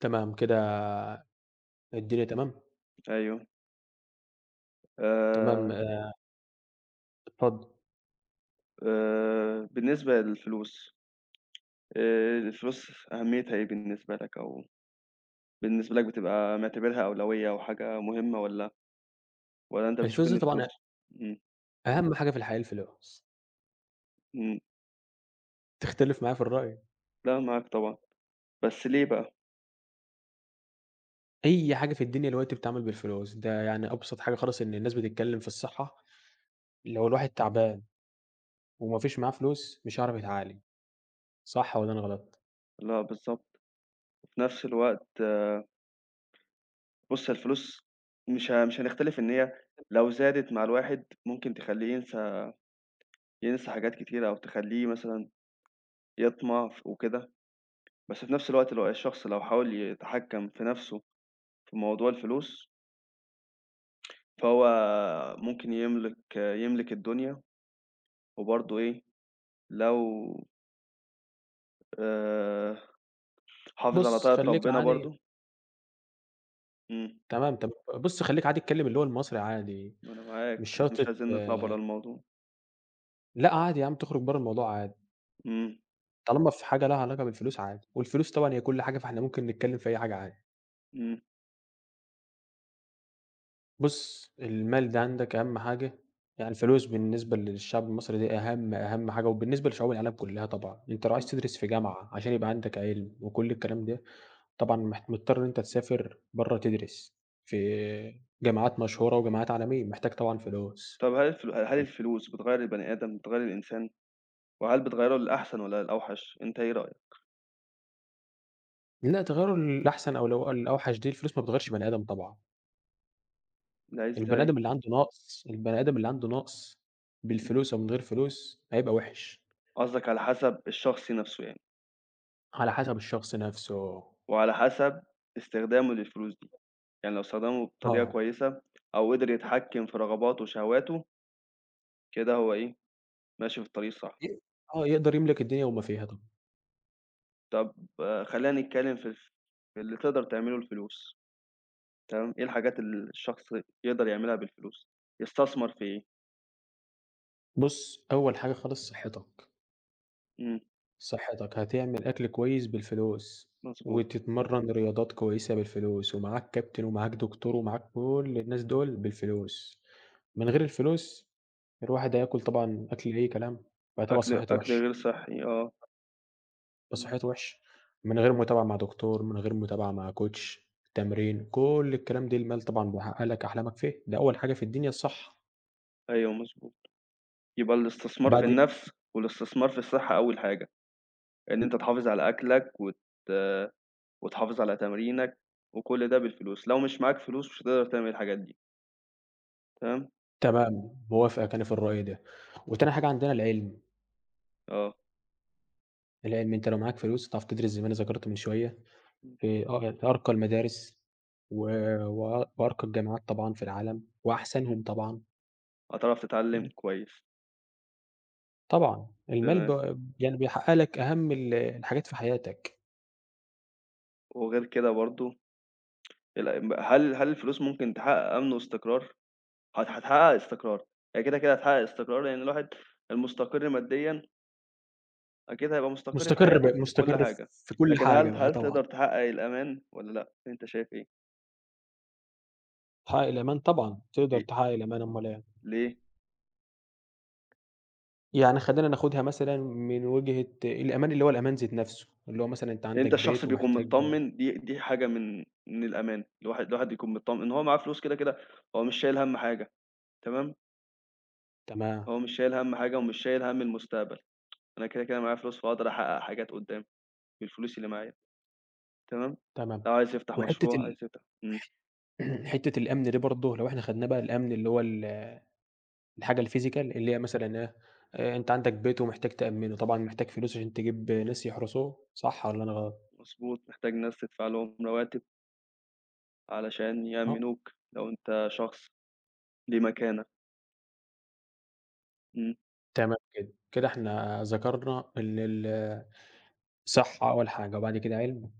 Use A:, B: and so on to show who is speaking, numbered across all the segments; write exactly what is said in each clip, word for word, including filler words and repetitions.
A: تمام كده. الدنيا تمام؟
B: أيوه. آآ
A: تمام آآ اتفضل.
B: آآ بالنسبة للفلوس، آآ الفلوس أهميتها إيه بالنسبة لك، أو بالنسبة لك بتبقى معتبرها أولوية أو حاجة مهمة، والّا والّا أنت بتشوف
A: الفلوس
B: إن
A: دي
B: الفلوس...
A: طبعًا
B: إمم.
A: أهم حاجة في الحياة الفلوس،
B: إمم.
A: تختلف معايا في الرأي؟
B: لأ، معاك طبعًا، بس ليه بقى؟
A: أي حاجة في الدنيا دلوقتي بتتعمل بالفلوس، ده يعني أبسط حاجة خالص إن الناس بتتكلم في الصحة، لو الواحد تعبان وما فيش معاه فلوس مش هيعرف يتعالج، صح والّا أنا غلط؟
B: لأ، بالضبط. وفي نفس الوقت بُص، هي الفلوس مش ه مش هنختلف إن هي لو زادت مع الواحد ممكن تخلّيه ينسى، ينسى حاجات كتيرة، أو تخلّيه مثلًا يطمع ف وكده، بس في نفس الوقت لو الشخص لو حاول يتحكّم في نفسه في موضوع الفلوس، فهو ممكن يملك، يملك الدنيا، وبرضه إيه، لو آآ حافظ على
A: بُص
B: طاعة
A: خلّيك
B: ربنا
A: عادي.
B: برضه. إمم.
A: تمام، تمام. بُص خلّيك عادي اتكلم اللي هو المصري عادي،
B: ما أنا معاك،
A: مش شرط
B: مش
A: ت
B: عايزين نطلع برّه
A: آه،
B: الموضوع.
A: لأ عادي يا عم تخرج برّه الموضوع عادي،
B: إمم.
A: طالما في حاجة لها علاقة بالفلوس عادي، والفلوس طبعًا هي كل حاجة فإحنا ممكن نتكلم في أي حاجة عادي.
B: إمم.
A: بُص، المال ده عندك أهم حاجة، يعني الفلوس بالنسبة للشعب المصري دي أهم، أهم حاجة، وبالنسبة لشعوب العالم كلّها طبعًا، أنت لو عايز
B: إمم.
A: تدرس في جامعة عشان يبقى عندك علم وكل الكلام ده، طبعًا مح مضطر إن أنت تسافر برّه تدرس في جامعات مشهورة وجامعات عالمية، محتاج طبعًا فلوس.
B: طب، هل الفل هل الفلوس بتغيّر البني آدم، بتغيّر الإنسان، وهل بتغيّره للأحسن والّا للأوحش؟ أنت إيه رأيك؟
A: لأ، تغيّر الأحسن أو الأو الأوحش دي الفلوس ما بتغيّرش بني آدم طبعًا،
B: لا،
A: البني
B: إزاي؟
A: آدم اللي عنده نَقْص، البني آدم اللي عنده نَقْص بالفلوس أو من غير فلوس هيبقى وِحِش،
B: قصدك على حسب الشخص نفسه يعني،
A: على حسب الشخص نَفْسه.
B: وعلى حسب استخدامه للفلوس دي، يعني لو استخدمه بطريقة
A: آه.
B: كويسة أو قدر يتحكم في رغباته وشهواته، كده هو إيه ماشي في الطريق الصح.
A: ي آه، يقدر يملك الدنيا وما فيها طبعًا.
B: طب آه، خلّينا نتكلّم في الف في اللي تقدر تعمله الفلوس، تمام، إيه الحاجات اللي الشخص يقدر يعملها بالفلوس؟ يستثمر في إيه؟
A: بُص، أول حاجة خالص صحّتك،
B: إمم.
A: صحّتك هتعمل أكل كويس بالفلوس،
B: مضبوط.
A: وتتمرّن رياضات كويسة بالفلوس، ومعاك كابتن ومعاك دكتور ومعاك كل الناس دول بالفلوس. من غير الفلوس الواحد هياكل طبعًا أكل أي كلام، فهتبقى
B: أكل
A: صحّته
B: أكل
A: وِحشة،
B: غير صحّي آه.
A: هتبقى
B: إمم.
A: صحّته وِحشة من غير متابعة مع دكتور، من غير متابعة مع كوتش، تمرين، كل الكلام ده المال طبعًا بيحقق لك أحلامك فيه، ده أول حاجة في الدنيا الصحّة.
B: أيوه، مضبوط. يبقى الاستثمار في
A: بعد
B: النَفْس والاستثمار في الصحّة أول حاجة، إن أنت تحافظ على أكلك وت وتحافظ على تمرينك، وكل ده بالفلوس، لو مش معاك فلوس مش هتقدر تعمل الحاجات دي، تمام؟
A: تمام، موافقك أنا في الرأي ده. وتاني حاجة عندنا العلم،
B: آه.
A: العلم أنت لو معاك فلوس هتعرف تدرس زي ما أنا ذكرت من شوية
B: إمم.
A: في أ في أرقى المدارس و و وأرقى الجامعات طبعًا في العالم
B: إمم.
A: وأحسنهم طبعًا.
B: هتعرف تتعلّم كويس.
A: طبعًا، المال ب
B: تمام.
A: يعني بيحقق لك أهم ال الحاجات في حياتك،
B: وغير كده برضه ال هل هل الفلوس ممكن تحقق أمن واستقرار؟ هت هتحقق استقرار، هي كده، كده هتحقق استقرار، لإن الواحد المستقر ماديًا أكيد هيبقى مستقر في
A: مستقر ب
B: حياته في كل
A: مستقر
B: حاجة،
A: في كل
B: لكن
A: حاجة
B: هل
A: بقى
B: هل
A: طبعًا،
B: تقدر تحقق الأمان والّا لأ؟ أنت شايف إيه؟
A: تحقق الأمان طبعًا، تقدر
B: ليه
A: تحقق الأمان أمّال إيه.
B: ليه؟
A: يعني خلّينا ناخدها مثلًا من وجهة الأمان اللي هو الأمان ذات نفسه، اللي هو مثلًا أنت عندك
B: أنت الشخص
A: بيت
B: بيكون
A: ومحتاج
B: متطمن، دي دي حاجة من من الأمان، الواحد الواحد يكون متطمن إن هو معاه فلوس كده، كده هو مش شايل هَم حاجة. تمام.
A: تمام.
B: هو مش شايل هَم حاجة، ومش شايل هَم المستقبل، أنا كده، كده معايا فلوس، فاقدر أحقق حاجات قدّام بالفلوس اللي معايا. تمام.
A: تمام.
B: لو عايز يفتح
A: وحتّة
B: مشروع،
A: ال
B: عايز يفتح... إمم،
A: حتّة الأمن دي برضه لو إحنا خدناه بقى الأمن اللي هو ال الحاجة الphysical اللي هي مثلًا إيه، آآ أنت عندك بيت ومحتاج تأمّنه، طبعًا محتاج فلوس عشان تجيب ناس يحرسوه صح والّا أنا غلط؟
B: مضبوط. محتاج ناس تدفع لهم رواتب علشان
A: آه،
B: يأمِّنوك لو أنت شخص ليه مكانة. إمم.
A: تمام كده. كده إحنا ذكرنا إن ال صحّة أول حاجة وبعد كده علم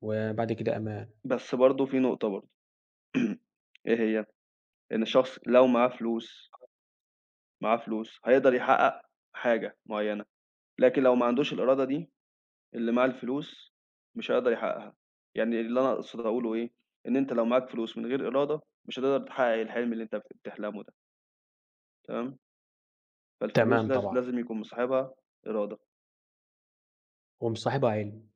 A: وبعد كده أمان.
B: بس برضه في نقطة برضه. إيه هي؟ إن الشخص لو معاه فلوس، معاه فلوس هيقدر يحقق حاجة معيّنة، لكن لو ما عندوش الإرادة دي، اللي معاه الفلوس مش هيقدر يحققها، يعني اللي أنا أقصد أقوله إيه، إن أنت لو معاك فلوس من غير إرادة مش هتقدر تحقق الحلم اللي أنت بت بتحلمه ده، تمام، فالفلوس
A: تمام
B: لاز
A: طبعًا،
B: لازم يكون مصاحبها إرادة.
A: ومصاحبها علم،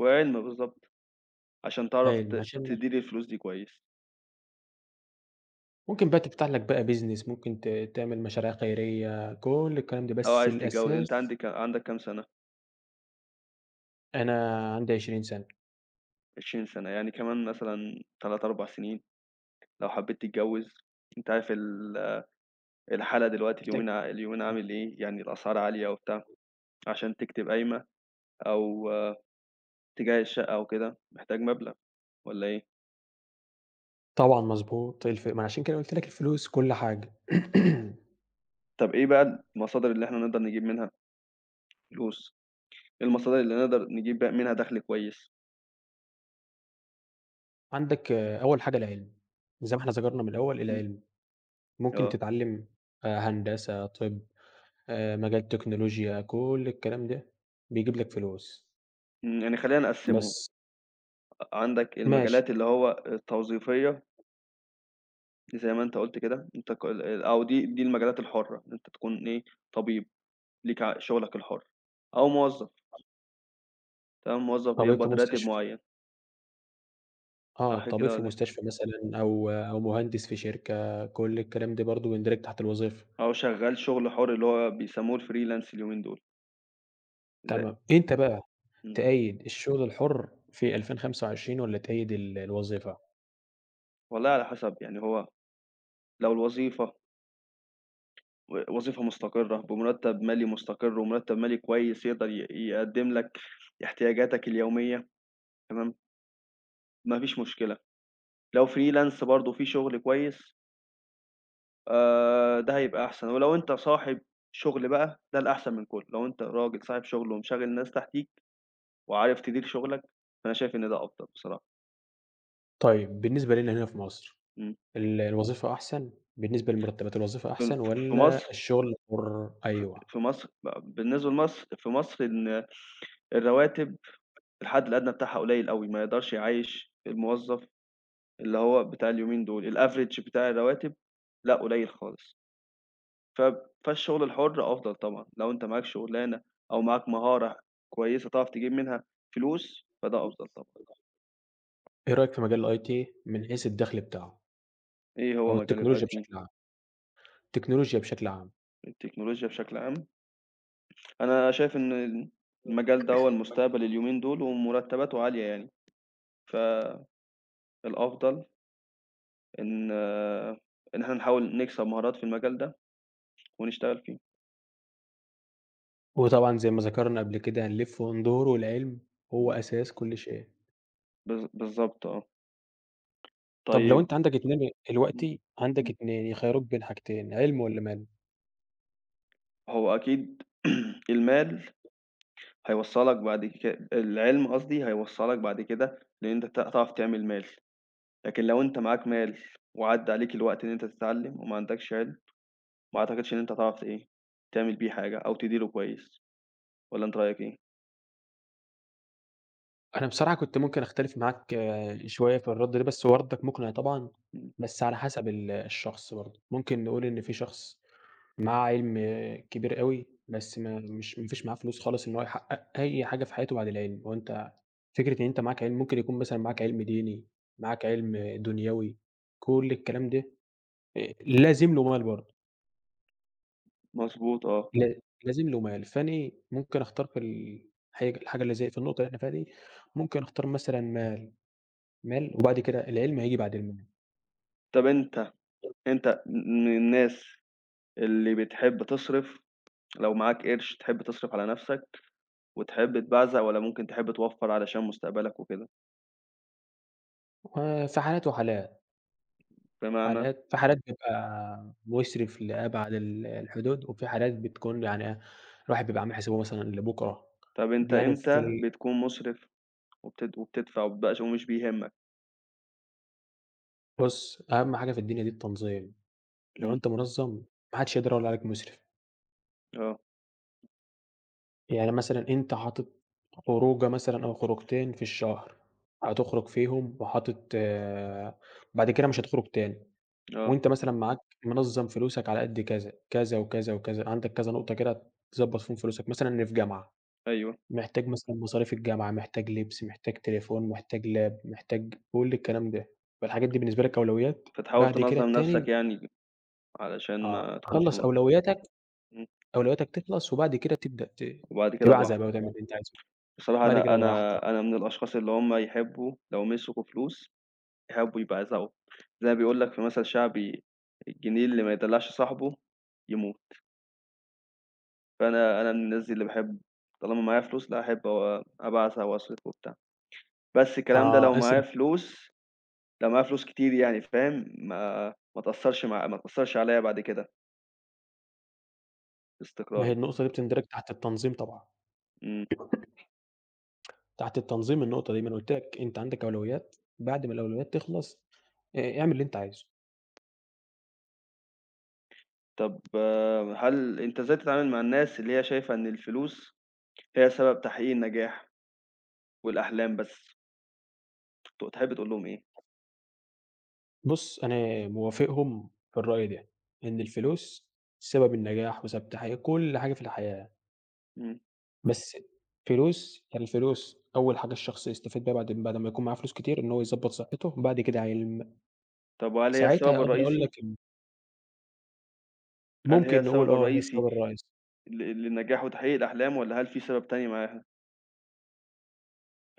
B: وعلم، بالضبط، عشان تعرف
A: علم
B: ت
A: عشان
B: تدير الفلوس دي كويس،
A: ممكن بقى تفتح لك بقى business ممكن ت تعمل مشاريع خيرية، كل الكلام ده،
B: أو
A: بس
B: عايز تتجوز. أنت
A: الأساس
B: عندِك عندك كام سنة؟
A: أنا عندي عشرين سَنة،
B: عشرين سنة، يعني كمان مثلًا ثلاثة، أربع سنين لو حبيت تتجوز، أنت عارف ال الحالة دلوقتي،
A: محتاج
B: اليومين ع اليومين عامل إيه، يعني الأسعار عالية وبتاع، عشان تكتب قايمة أو آه، تجهّز شقة أو كده، محتاج مبلغ والّا إيه؟
A: طبعًا مضبوط، الف ما أنا عشان كده قُلت لك الفلوس كل حاجة.
B: طب، إيه بقى المصادر اللي إحنا نقدر نجيب منها فلوس؟ إيه المصادر اللي نقدر نجيب بقى منها دخل كويس؟
A: عندك أول حاجة العلم، زي ما إحنا ذكرنا من الأول
B: إمم.
A: العلم، ممكن
B: آه.
A: تتعلّم آآ هندسة، طِب، آآ مجال تكنولوجيا، كل الكلام ده بيجيب لك فلوس،
B: إمم. يعني خلّينا نقسّمهم،
A: بس
B: عندك
A: ماشي،
B: المجالات اللي هو التوظيفية زي ما أنت قُلت كده، أنت ك ال أو دي دي المجالات الحُرّة، إن أنت تكون إيه، طبيب ليك ع شُغلك الحُر، أو موظّف، تمام، موظّف
A: طبيب في
B: بيقبض راتب
A: مستشفى
B: معيّن،
A: آه،
B: صح
A: طبيب
B: كده
A: في
B: والّا إيه؟
A: مستشفى مثلًا أو أو مهندس في شركة، كل الكلام ده برضه بيندرج تحت الوظيفة،
B: أو شغّال شُغل حُر اللي هو بيسمّوه الfreelance اليومين دول، زي...
A: تمام. أنت بقى
B: إمم.
A: تأيّد الشغل الحُر في ألفين وخمسة وعشرين والّا تأيّد ال الوظيفة؟
B: والله، على حسب، يعني هو لو الوظيفة و وظيفة مستقرة بمُرتّب مالي مستقر، ومُرتّب مالي كويس يقدر ي يقدّم لك احتياجاتك اليومية، تمام، ما فيش مشكلة، لو freelance برضه في شُغل كويس، آآ ده هيبقى أحسن، ولو أنت صاحب شغل بقى ده الأحسن من كُلّه، لو أنت راجل صاحب شغل ومشغّل ناس تحتيك وعارف تدير شغلك، فأنا شايف إن ده أفضل بصراحة.
A: طيب بالنسبة لنا هنا في مصر
B: إمم.
A: ال الوظيفة أحسن، بالنسبة لمرتبات الوظيفة
B: في م
A: أحسن
B: ف في
A: والّا
B: مصر
A: الشغل الحُر؟ أيوه.
B: في مصر ب بالنسبة لمصر، في مصر إن الرواتب الحد الأدنى بتاعها قليل أوي، ما يقدرش يعيّش الموظف اللي هو بتاع اليومين دول، الaverage بتاع الرواتب لأ قليل خالص، ف فالشغل الحُر أفضل طبعًا، لو أنت معاك شغلانة أو معاك مهارة كويسة تعرف تجيب منها فلوس، فده
A: بُص
B: أفضل طبعًا.
A: إيه رأيك في مجال الIT من حيث الدخل بتاعه
B: إيه هو
A: أو
B: مجال
A: التكنولوجيا
B: الIT؟
A: بشكل عام؟ التكنولوجيا بشكل عام.
B: التكنولوجيا بشكل عام؟ أنا شايف إن ال المجال ده هو
A: مجال
B: المستقبل اليومين دول، ومرتباته عالية يعني، فالأفضل إن آه، إن إحنا نحاول نكسب مهارات في المجال ده ونشتغل فيه.
A: وطبعًا زي ما ذكرنا قبل كده هنلِف وندور والعلم هو
B: إمم.
A: أساس كل شيء.
B: بالض بالضبط آه.
A: طب لو
B: طيب.
A: أنت عندك اتنين
B: إمم.
A: دلوقتي عندك
B: إمم.
A: 2 يخيّروك بين حاجتين، علم والّا مال؟
B: هو أكيد المال، هيوصّلك بعد ك العلم قصدي، هيوصّلك بعد كده، لإن أنت ت هتعرف تعمل مال، لكن لو أنت معاك مال وعدّى عليك الوقت إن أنت تتعلم وما عندكش علم، ما أعتقدش إن أنت هتعرف ت إيه، تعمل بيه حاجة أو تديره كويس، والّا أنت رأيك إيه؟
A: أنا بصراحة كنت ممكن أختلف معاك آه، شوية في الرَد ده، بس هو ردك مقنع طبعًا،
B: إمم.
A: بس على حسب ال الشخص برضه. ممكن نقول إن في شخص مع علم كبير أوي، بس ما مش ما فيش معاه فلوس خالص إن هو يحقق أي حاجة في حياته بعد العلم، هو أنت فكرة إن أنت معاك علم ممكن يكون مثلًا معاك علم ديني، معاك علم دنيوي، كل الكلام ده آآ لازم له مال برضه،
B: مضبوط آه.
A: لا لازم له مال، فأنا ممكن أختار في ال الحاج الحاجة اللي زي في النقطة اللي إحنا فيها دي، ممكن أختار مثلًا مال، مال وبعد كده العلم هييجي بعد المال،
B: طَب، أنت أنت م من الناس اللي بتحب تصرف، لو معاك قرش تحب تصرف على نَفْسك وتحب تبعزق، والّا ممكن تحب توفّر علشان مستقبلك وكده؟
A: وفي حالات وحالات.
B: بمعنى،
A: حالات في حالات بيبقى مُسرِف لأبعد ال الحدود، وفي حالات بتكون يعني إيه، الواحد بيبقى عامل حسابه مثلًا لبُكرة،
B: طَب أنت
A: يعني
B: إمتى
A: في
B: بتكون مُسرف، وبتد وبتدفع وبتبقاش ومش بيهمك؟
A: بُص، أهم حاجة في الدنيا دي التنظيم، لو
B: إمم.
A: أنت منظّم ما حدش يقدر يقول عليك مُسرِف،
B: آه.
A: يعني مثلًا أنت حاطط خروجة مثلًا أو خروجتين في الشهر، هتخرج فيهم وحاطط آه، بعد كده مش هتخرج تاني،
B: آه.
A: وأنت مثلًا معاك منظّم فلوسك على قد كذا، كذا وكذا وكذا، عندك كذا نقطة كده تضبّط فيهم فلوسك، مثلًا إن في جامعة.
B: أيوه.
A: محتاج مثلًا مصاريف الجامعة، محتاج لبس، محتاج تليفون، محتاج لاب، محتاج كل الكلام ده، فالحاجات دي بالنسبة لك أولويات،
B: فتحاول
A: بعد كده
B: تنظّم نَفْسك
A: التاني
B: يعني، علشان
A: آه،
B: ما تكونش
A: خلّص
B: م
A: أولوياتك،
B: إمم.
A: أولوياتك تخلص وبعد كده تبدأ ت
B: وبعد كده
A: تبعزق بقى
B: براحتك.
A: وتعمل اللي أنت عايزه،
B: بصراحة
A: بعد
B: أنا
A: كده
B: أنا
A: براحتك،
B: أنا من الأشخاص اللي هم يحبّوا لو مسكوا فلوس، يحبّوا يبعزقوا، زي ما بيقول لك في مثل شعبي، الجنيه اللي ما يدلّعش صاحبه يموت، فأنا أنا من الناس دي اللي باحب، طالما معايا فلوس لأ، أحب أ أبعزق وأصرف وبتاع، بس الكلام ده
A: آه،
B: لو معايا
A: اصرف
B: فلوس، لو معايا فلوس كتير يعني، فاهم، ما ما تأثّرش مع ما تأثّرش عليّا بعد كده في
A: ما هي
B: استقراري.
A: النقطة دي بتندرج تحت التنظيم طبعًا،
B: إمم.
A: تحت التنظيم النقطة دي، ما أنا قُلت لك أنت عندك أولويات، بعد ما الأولويات تخلص آآ، اعمل اللي أنت عايزه.
B: طَب آه، هل أنت إزاي بتتعامل مع الناس اللي هي شايفة إن الفلوس هي سبب تحقيق النجاح والأحلام بس؟ ت تحب تقول لهم إيه؟
A: بُص، أنا موافقهم في الرأي ده، إن الفلوس سبب النجاح وسبب تحقيق كل حاجة في الحياة،
B: إمم.
A: بس فلوس يعني الفلوس أول حاجة الشخص يستفيد بيها بعد بعد ما يكون معاه فلوس كتير، إن هو يضبّط صحته، بعد كده علم،
B: طب، وهل هي
A: ساعتها
B: السبب
A: أقدر أقول لك
B: الرئيسي
A: إن
B: هل هي
A: ممكن نقول
B: السبب
A: آه هي
B: الرئيسي
A: السبب الرئيسي،
B: ل لنجاح وتحقيق الأحلام، والّا هل في سبب تاني معاها؟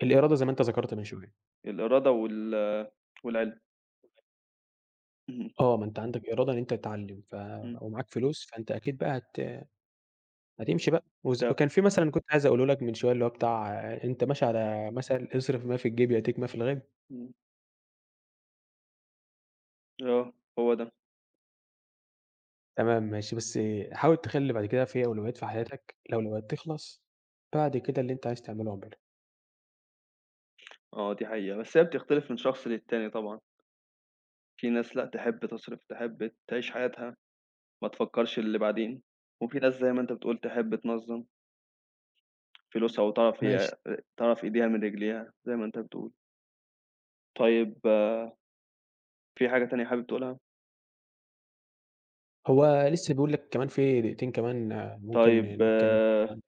A: الإرادة زي ما أنت ذكرت من شوية،
B: الإرادة وال والعلم. اهم.
A: آه، ما أنت عندك إرادة إن أنت تتعلم، ف
B: إمم.
A: ومعاك فلوس فأنت أكيد بقى هت هتمشي بقى، وز
B: طب.
A: وكان في مثلًا كنت عايز أقوله لك من شوية اللي هو بتاع آه، أنت ماشي على مثل اصرف ما في الجيب يأتيك ما في الغيب.
B: إمم. آه، هو ده.
A: تمام ماشي، بس حاول تخلّي بعد كده في أولويات في حياتك، الأولويات تخلص، بعد كده اللي أنت عايز تعمله اعمله.
B: آه، دي حقيقة. بس هي بتختلف من شخص للتاني طبعًا. في ناس لأ، تحب تصرف، تحب تعيش حياتها، ما تفكّرش اللي بعدين، وفي ناس زي ما أنت بتقول تحب تنظّم فلوسها وتعرف، هي
A: ماشي،
B: أ تعرف إيديها من رجليها زي ما أنت بتقول. طيب، في حاجة تانية حابب تقولها؟
A: هو لسه بيقول لك كمان في دقيقتين كمان آه، ممكن
B: طيب،
A: نتكلم عنه.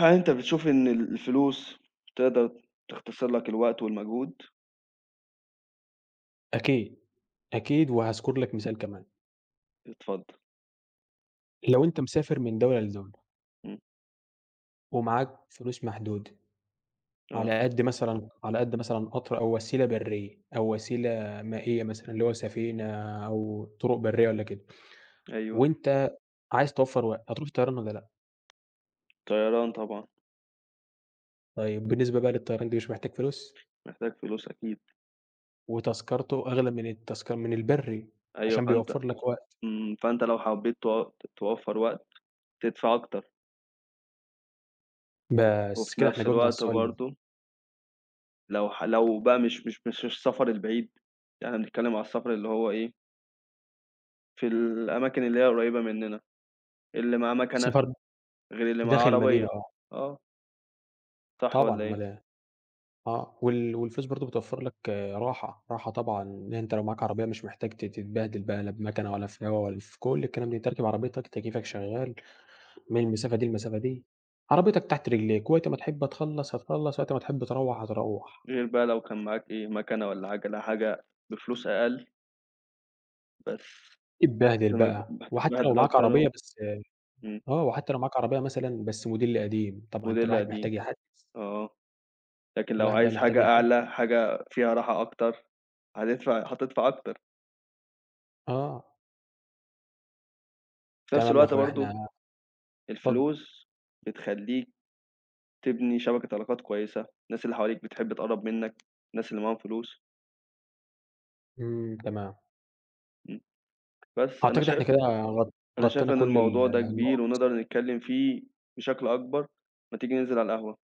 B: هل أنت بتشوف إن الفلوس تقدر تختصر لك الوقت والمجهود؟
A: أكيد، أكيد وهاذكر لك مثال كمان،
B: اتفضّل.
A: لو أنت مسافر من دولة لدولة
B: إمم.
A: ومعاك فلوس محدودة،
B: آه.
A: على قد مثلًا على قد مثلًا قطر أو وسيلة برية أو وسيلة مائية مثلًا اللي هو سفينة أو طرق برية والّا كده،
B: أيوه.
A: وأنت عايز توفّر وقت، هتروح طيران والّا لأ؟
B: طيران طبعًا،
A: طيب بالنسبة بقى للطيران دي مش محتاج فلوس؟
B: محتاج فلوس أكيد.
A: وتذكرته أغلى من التذكرة من البرّي،
B: أيوه،
A: عشان
B: فأنت
A: بيوفّر لك وقت.
B: إمم. فأنت لو حبّيت تو توفّر وقت، تدفع أكتر، وف وفي
A: بس كده
B: نفس
A: إحنا جاوبنا على
B: الوقت
A: السؤال ده.
B: برضه، لو ح لو بقى مش مش مش السفر البعيد، يعني بنتكلّم على السفر اللي هو إيه، في الأماكن اللي هي قريّبة منّنا، اللي معاه مَكَنة
A: السفر
B: غير اللي معاه
A: داخل المدينة
B: عربية.
A: آه،
B: آه، صح
A: طبعًا
B: والّا إيه؟
A: أومال إيه، آه، وال والفلوس برضه بتوفّر لك راحة، راحة طبعًا إن أنت لو معاك عربية مش محتاج ت تتبهدل بقى لا بمكنة ولا في هوا ولا في كل الكلام ده، أنت راكب عربيتك تكييفك شغّال من المسافة دي للمسافة دي، عربيتك تحت رجليك، وقت ما تحب تخلّص هتخلّص، وقت ما تحب تروّح هتروّح،
B: غير بقى لو كان معاك إيه، مكنة والّا عَجَلة، حاجة بفلوس أقل، بس
A: اتبهدل
B: مج
A: بقى. وحتى لو
B: هتتبهدل
A: معاك
B: أكتر
A: عربية
B: و
A: بس
B: إمم،
A: آه، وحتى لو معاك عربية مثلًا بس موديل قديم، طبعًا أنت
B: موديل
A: الواحد
B: قديم،
A: محتاج يحدّث،
B: آه، لكن لو
A: الواحد بقى
B: عايز
A: محتاج
B: حاجة
A: يحدّ
B: أعلى، حاجة فيها راحة أكتر، هتدفع هتدفع أكتر،
A: آه،
B: في نفس
A: تمام يا
B: الوقت
A: أخويا
B: برضه
A: إحنا اتفضل،
B: الفلوس بتخلّيك تبني شبكة علاقات كويسة، الناس اللي حواليك بتحب تقرّب منّك، الناس اللي معاهم فلوس.
A: إمم، تمام،
B: إمم. بس أنا
A: أعتقد إحنا
B: شايف
A: كده غط
B: أنا شايف
A: غطينا
B: إن
A: كل
B: الموضوع ده
A: ال
B: كبير، ونقدر نتكلّم فيه بشكل أكبر، ما تيجي ننزل على القهوة.